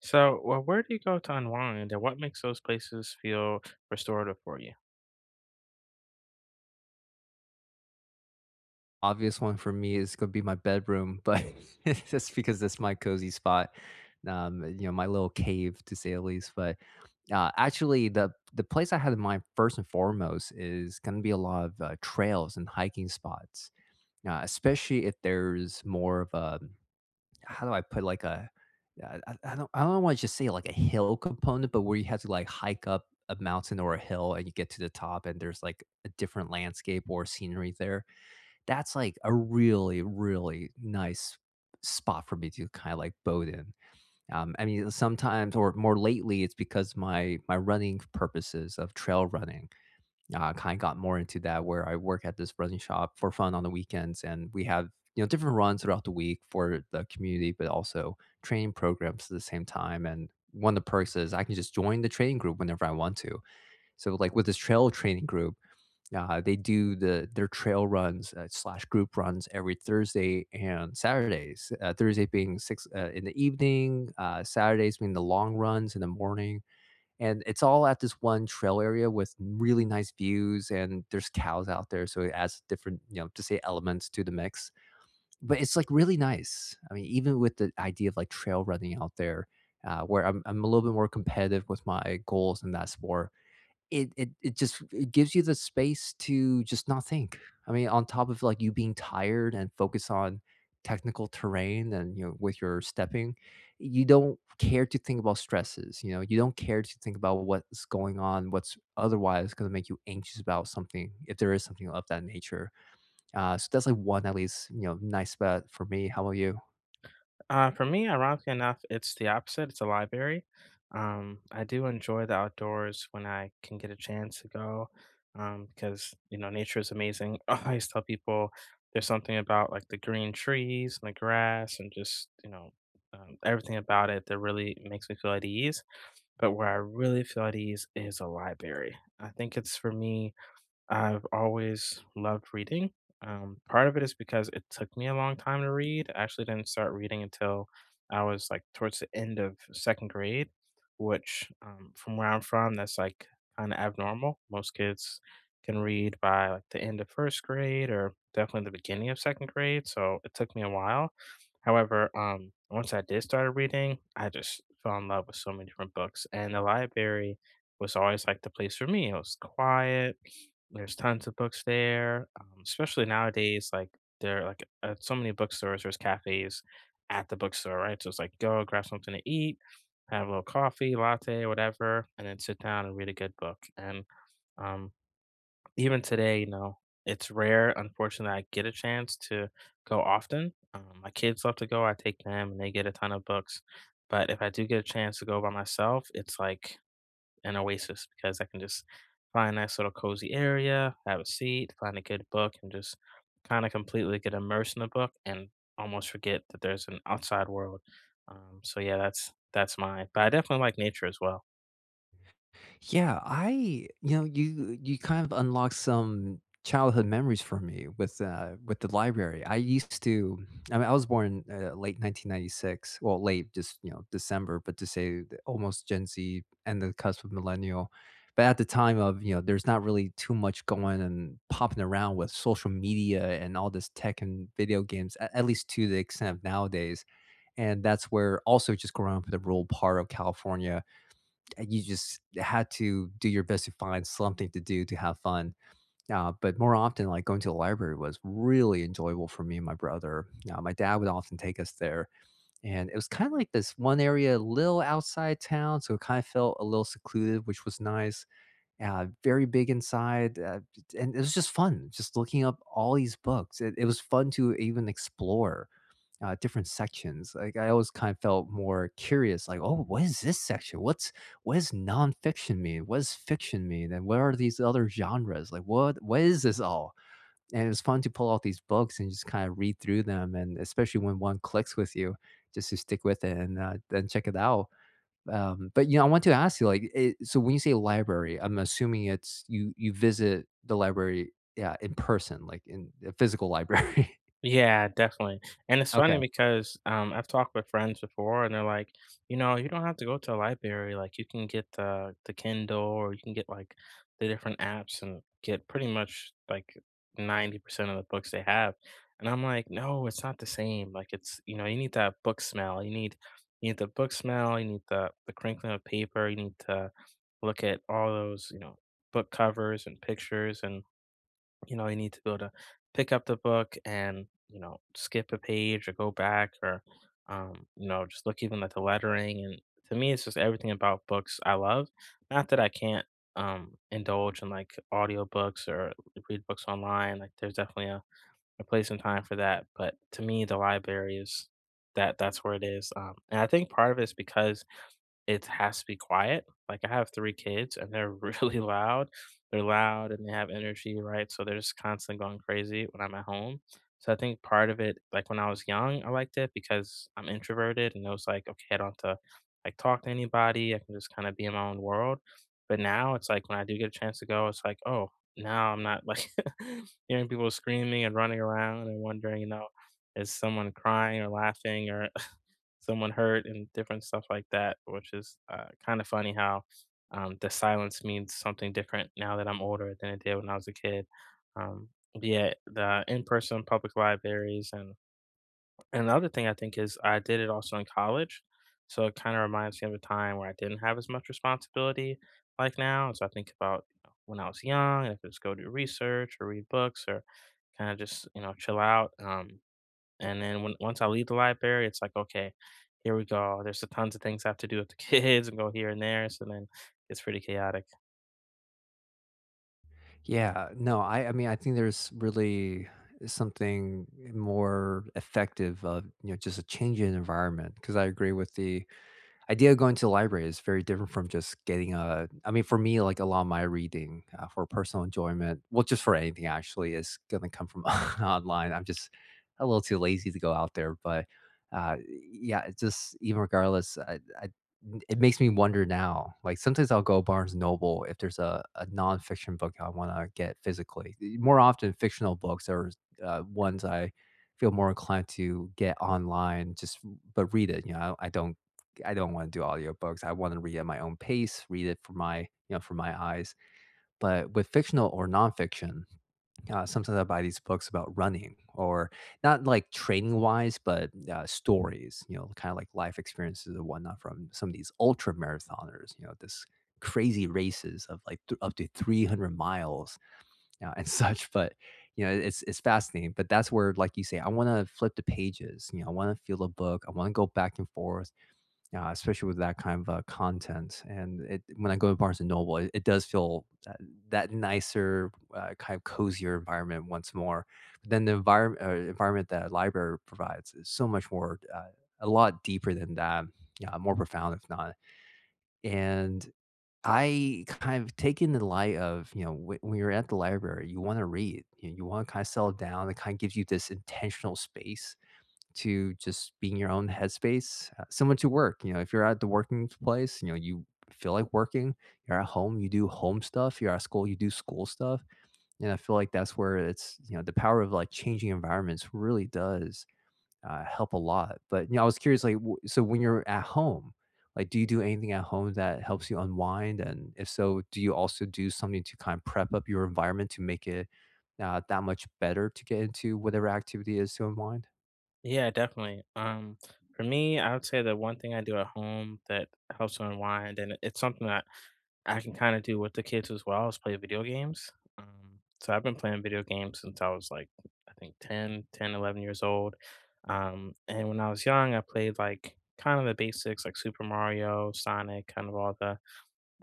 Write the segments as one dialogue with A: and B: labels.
A: So, well, where do you go to unwind, and what makes those places feel restorative for you?
B: Obvious one for me is gonna be my bedroom, but it's just because that's my cozy spot, you know, my little cave to say the least. But actually, the place I had in mind first and foremost is gonna be a lot of trails and hiking spots, especially if there's more of a how do I put like a I don't want to just say like a hill component, but where you have to like hike up a mountain or a hill and you get to the top and there's like a different landscape or scenery there that's like a really, really nice spot for me to kind of like bode in. I mean, sometimes or more lately, it's because my running purposes of trail running kind of got more into that. Where I work at this running shop for fun on the weekends, and we have you know different runs throughout the week for the community, but also training programs at the same time. And one of the perks is I can just join the training group whenever I want to. So like with this trail training group they do their trail runs slash group runs every Thursday and Saturdays. Thursday being six in the evening, Saturdays being the long runs in the morning, and it's all at this one trail area with really nice views. And there's cows out there, so it adds different, you know, to say elements to the mix. But it's like really nice. I mean, even with the idea of like trail running out there, where I'm a little bit more competitive with my goals in that sport it gives you the space to just not think. I mean, on top of, like, you being tired and focus on technical terrain and, you know, with your stepping, you don't care to think about stresses, you know? You don't care to think about what's going on, what's otherwise gonna make you anxious about something, if there is something of that nature. So that's, like, one at least, you know, nice bet for me. How about you?
A: For me, ironically enough, it's the opposite. It's a library. I do enjoy the outdoors when I can get a chance to go, because, you know, nature is amazing. I always tell people there's something about like the green trees and the grass and just, you know, everything about it that really makes me feel at ease. But where I really feel at ease is a library. I think it's for me, I've always loved reading. Part of it is because it took me a long time to read. I actually didn't start reading until I was like towards the end of second grade, which from where I'm from, that's like kind of abnormal. Most kids can read by like the end of first grade or definitely the beginning of second grade. So it took me a while. However, once I did start reading, I just fell in love with so many different books, and the library was always like the place for me. It was quiet, there's tons of books there, especially nowadays, like, there like, at so many bookstores, there's cafes at the bookstore, right? So it's like, go grab something to eat, have a little coffee, latte, whatever, and then sit down and read a good book, and, um, even today, you know, it's rare, unfortunately, I get a chance to go often. My kids love to go, I take them, and they get a ton of books, but if I do get a chance to go by myself, it's like an oasis because I can just find a nice little cozy area, have a seat, find a good book, and just kind of completely get immersed in the book and almost forget that there's an outside world. So yeah, that's my. But I definitely like nature as well.
B: Yeah, I you know, you kind of unlock some childhood memories for me with the library. I used to I was born late 1996, well late just, you know, December, but to say almost Gen Z and the cusp of millennial. But at the time of, you know, there's not really too much going and popping around with social media and all this tech and video games, at least to the extent of nowadays. And that's where also just growing up in the rural part of California, you just had to do your best to find something to do to have fun. But more often, like going to the library was really enjoyable for me and my brother. My dad would often take us there, and it was kind of like this one area, a little outside town, so it kind of felt a little secluded, which was nice. Very big inside, and it was just fun, just looking up all these books. It was fun to even explore different sections. Like I always kind of felt more curious, like, oh, what is this section? What does nonfiction mean? What does fiction mean? And what are these other genres? Like what is this all? And it was fun to pull out these books and just kind of read through them, and especially when one clicks with you, just to stick with it and then check it out. But you know, I want to ask you, so when you say library, I'm assuming it's you visit the library, yeah, in person, like in a physical library.
A: Yeah, definitely. And it's
B: Okay.
A: funny because I've talked with friends before, and they're like, you know, you don't have to go to a library. Like, you can get the Kindle, or you can get like the different apps, and get pretty much like 90% of the books they have. And I'm like, no, it's not the same. Like, it's, you know, you need that book smell. You need the book smell. You need the crinkling of paper. You need to look at all those, you know, book covers and pictures and, you know, you need to be able to pick up the book and, you know, skip a page or go back, or, you know, just look even at the lettering. And to me, it's just everything about books I love. Not that I can't indulge in like audiobooks or read books online. Like there's definitely a place and time for that. But to me, the library is that's where it is. And I think part of it is because it has to be quiet. Like, I have 3 kids, and they're really loud. They're loud, and they have energy, right? So they're just constantly going crazy when I'm at home. So I think part of it, like, when I was young, I liked it because I'm introverted, and it was like, "Okay, I don't have to, like, talk to anybody. I can just kinda be in my own world." But now it's like, when I do get a chance to go, it's like, "Oh, now I'm not, like, hearing people screaming and running around and wondering, you know, is someone crying or laughing or" someone hurt and different stuff like that, which is kind of funny how the silence means something different now that I'm older than it did when I was a kid. Um, but yeah, the in-person public libraries, and the other thing I think is I did it also in college, so it kind of reminds me of a time where I didn't have as much responsibility like now. So I think about, you know, when I was young, and if it's go do research or read books or kind of just, you know, chill out. And then when once I leave the library, it's like, "Okay, here we go. There's a tons of things I have to do with the kids and go here and there." So then it's pretty chaotic.
B: Yeah, no, I mean, I think there's really something more effective of, you know, just a change in environment because I agree with the idea of going to the library is very different from just getting a I mean, for me, like, a lot of my reading, for personal enjoyment well, just for anything actually, is gonna come from online. I'm just a little too lazy to go out there, uh, yeah, it's just even regardless, I it makes me wonder now. Like, sometimes I'll go Barnes Noble if there's a nonfiction book I wanna get physically. More often, fictional books are, ones I feel more inclined to get online, just but read it, you know, I don't want to do audiobooks. I want to read at my own pace, read it for my, you know, for my eyes. But with fictional or nonfiction, sometimes I buy these books about running or not like training wise, but stories, you know, kind of like life experiences and whatnot from some of these ultra marathoners, you know, this crazy races of like up to 300 miles and such. But, you know, it's fascinating. But that's where, like you say, I want to flip the pages, you know, I want to feel the book. I want to go back and forth yeah, especially with that kind of, content, and it when I go to Barnes& and Noble, it does feel that that nicer, kind of cozier environment once more, but then environment that a library provides is so much more, a lot deeper than that, yeah, more profound if not, and I kind of take in the light of, you know, when you're at the library, you wanna read, you wanna kinda settle down, it kinda gives you this intentional space to just being your own headspace, similar to work. You know, if you're at the working place, you know, you feel like working, you're at home, you do home stuff, you're at school, you do school stuff. And I feel like that's where it's, you know, the power of like changing environments really does help a lot. But, you know, I was curious, like, so when you're at home, like, do you do anything at home that helps you unwind? And if so, do you also do something to kind of prep up your environment to make it that much better to get into whatever activity is to unwind?
A: Yeah, definitely. For me, I would say the one thing I do at home that helps to unwind, and it's something that I can kind of do with the kids as well, is play video games. So I've been playing video games since I was like, I think 11 years old. And when I was young, I played like kind of the basics like Super Mario, Sonic, kind of all the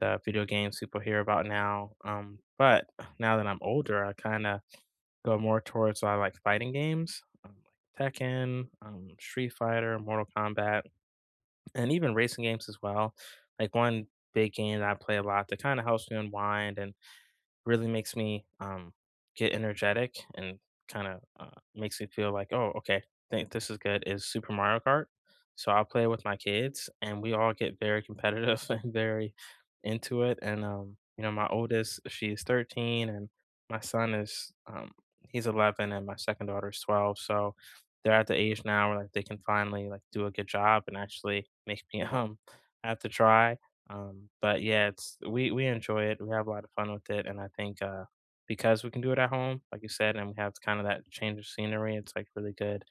A: the video games people hear about now. But now that I'm older, I kind of go more towards I like fighting games, like Tekken, Street Fighter, Mortal Kombat, and even racing games as well. Like one big game that I play a lot that kind of helps me unwind and really makes me get energetic and kind of uh, makes me feel like, oh, okay, think this is good. Is Super Mario Kart? So I'll play it with my kids, and we all get very competitive and very into it. And you know, my oldest, she's 13, and my son is he's 11, and my second daughter is 12. So they're at the age now where like they can finally like do a good job and actually make me have to try. But yeah, it's we enjoy it. We have a lot of fun with it, and I think because we can do it at home, like you said, and we have kind of that change of scenery, it's like really good.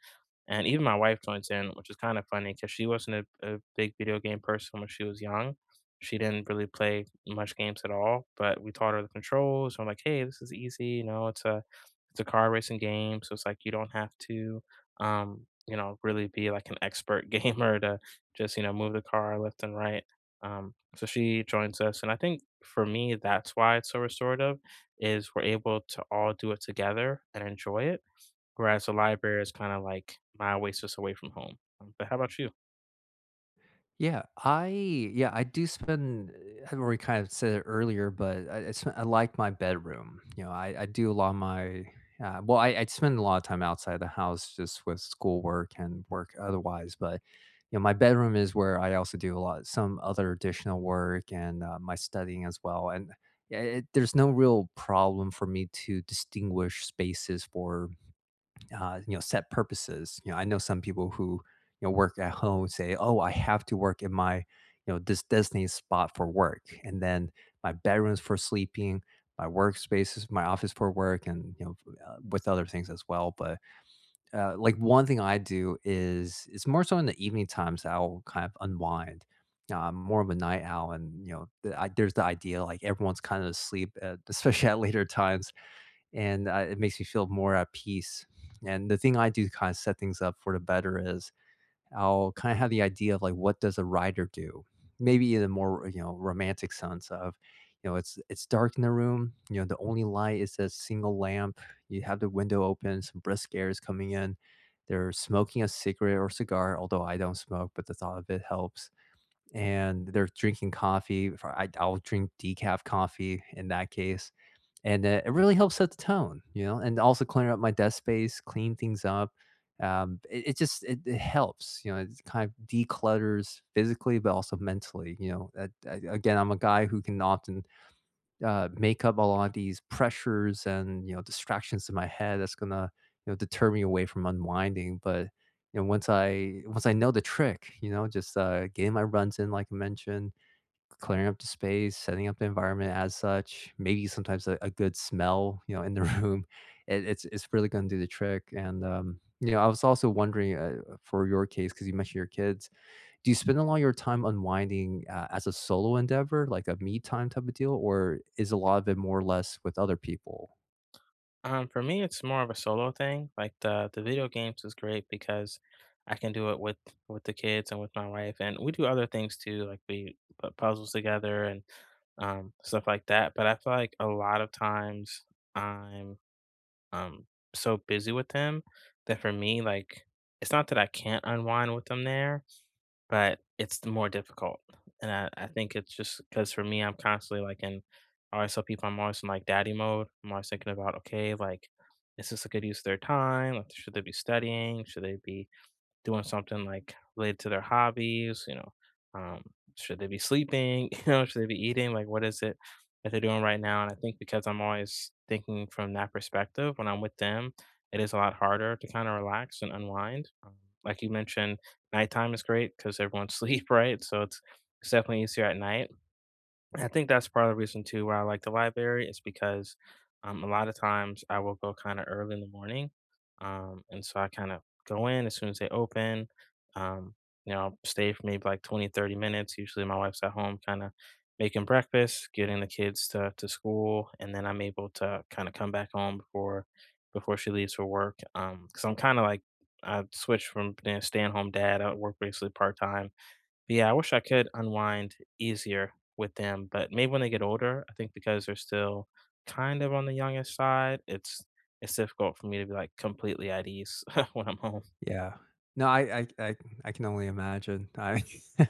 A: And even my wife joins in, which is kind of funny because she wasn't a big video game person when she was young. She didn't really play much games at all, but we taught her the controls. I'm like, hey, this is easy. You know, it's a car racing game, so it's like you don't have to, you know, really be like an expert gamer to just, you know, move the car left and right. So she joins us, and I think for me that's why it's so restorative is we're able to all do it together and enjoy it. Whereas the library is kind of like my oasis away from home. But how about you?
B: Yeah, I do spend I've already kind of said it earlier, but I, sp- I like my bedroom. You know, I do a lot of my I spend a lot of time outside the house just with schoolwork and work otherwise. But you know, my bedroom is where I also do a lot some other additional work and my studying as well. And yeah, there's no real problem for me to distinguish spaces for you know, set purposes. You know, I know some people who, you know, work at home say, "Oh, I have to work in my, you know, this designated spot for work, and then my bedrooms for sleeping, my workspaces, my office for work, and you know, with other things as well." But like one thing I do is it's more so in the evening times that I'll kind of unwind. I'm more of a night owl, and you know, there's the idea like everyone's kind of asleep, at, especially at later times and it makes me feel more at peace. And the thing I do to kind of set things up for the better is I'll kind of have the idea of like what does a writer do? Maybe in a more you know romantic sense of you know it's dark in the room. You know the only light is a single lamp. You have the window open. Some brisk air is coming in. They're smoking a cigarette or cigar, although I don't smoke, but the thought of it helps. And they're drinking coffee. If I, I'll drink decaf coffee in that case and it really helps set the tone, you know, and also clear up my desk space, clean things up. It just it helps, you know, it kind of declutters physically, but also mentally. You know, again, I'm a guy who can often make up a lot of these pressures and you know distractions in my head that's gonna you know deter me away from unwinding. But you know, once I know the trick, you know, just getting my runs in, like I mentioned, clearing up the space, setting up the environment as such, maybe sometimes a good smell, you know, in the room, it's really going to do the trick. And you know, I was also wondering for your case because you mentioned your kids, do you spend a lot of your time unwinding as a solo endeavor, like a me time type of deal, or is a lot of it more or less with other people?
A: For me, it's more of a solo thing. Like the video games is great because I can do it with the kids and with my wife, and we do other things too. Like we put puzzles together and stuff like that. But I feel like a lot of times I'm um, so busy with them that for me, like, it's not that I can't unwind with them there, but it's the more difficult, and I think it's just because for me, I'm constantly, like, in I always tell people I'm always in, like, daddy mode. I'm always thinking about, "Okay, like, is this a good use of their time? Like, should they be studying? Should they be" doing something like related to their hobbies, you know, um, should they be sleeping? You know, should they be eating? Like, what is it that they're doing right now? And I think because I'm always thinking from that perspective when I'm with them, it is a lot harder to kind of relax and unwind. Like you mentioned, nighttime is great because everyone's sleep, right? So it's definitely easier at night. I think that's part of the reason too why I like the library is because a lot of times I will go kind of early in the morning, and so I kind of go in as soon as they open. Um, you know, I'll stay for maybe like 20, 30 minutes. Usually, my wife's at home, kind of making breakfast, getting the kids to school, and then I'm able to kind of come back home before, before she leaves for work. Because I'm kind of like I switched from being a stay-at-home dad. I work basically part time, but yeah, I wish I could unwind easier with them, but maybe when they get older, I think because they're still kind of on the youngest side, it's difficult for me to be like completely at ease when I'm home.
B: Yeah. No, I can only imagine. I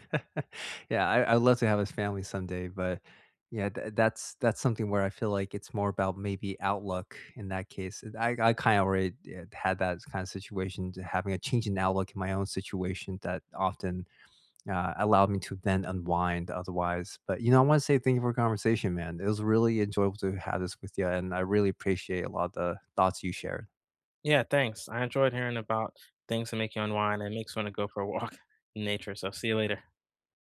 B: Yeah, I I'd love to have his family someday, but yeah, that's something where I feel like it's more about maybe outlook in that case. And I kinda already had that kind of situation to having a change in outlook in my own situation that often, allowed me to then unwind otherwise. But, you know, I wanna say thank you for the conversation, man. It was really enjoyable to have this with you, and I really appreciate a lot of the thoughts you shared.
A: Yeah, thanks. I enjoyed hearing about things that make you unwind and makes me want to go for a walk in nature. So see you later.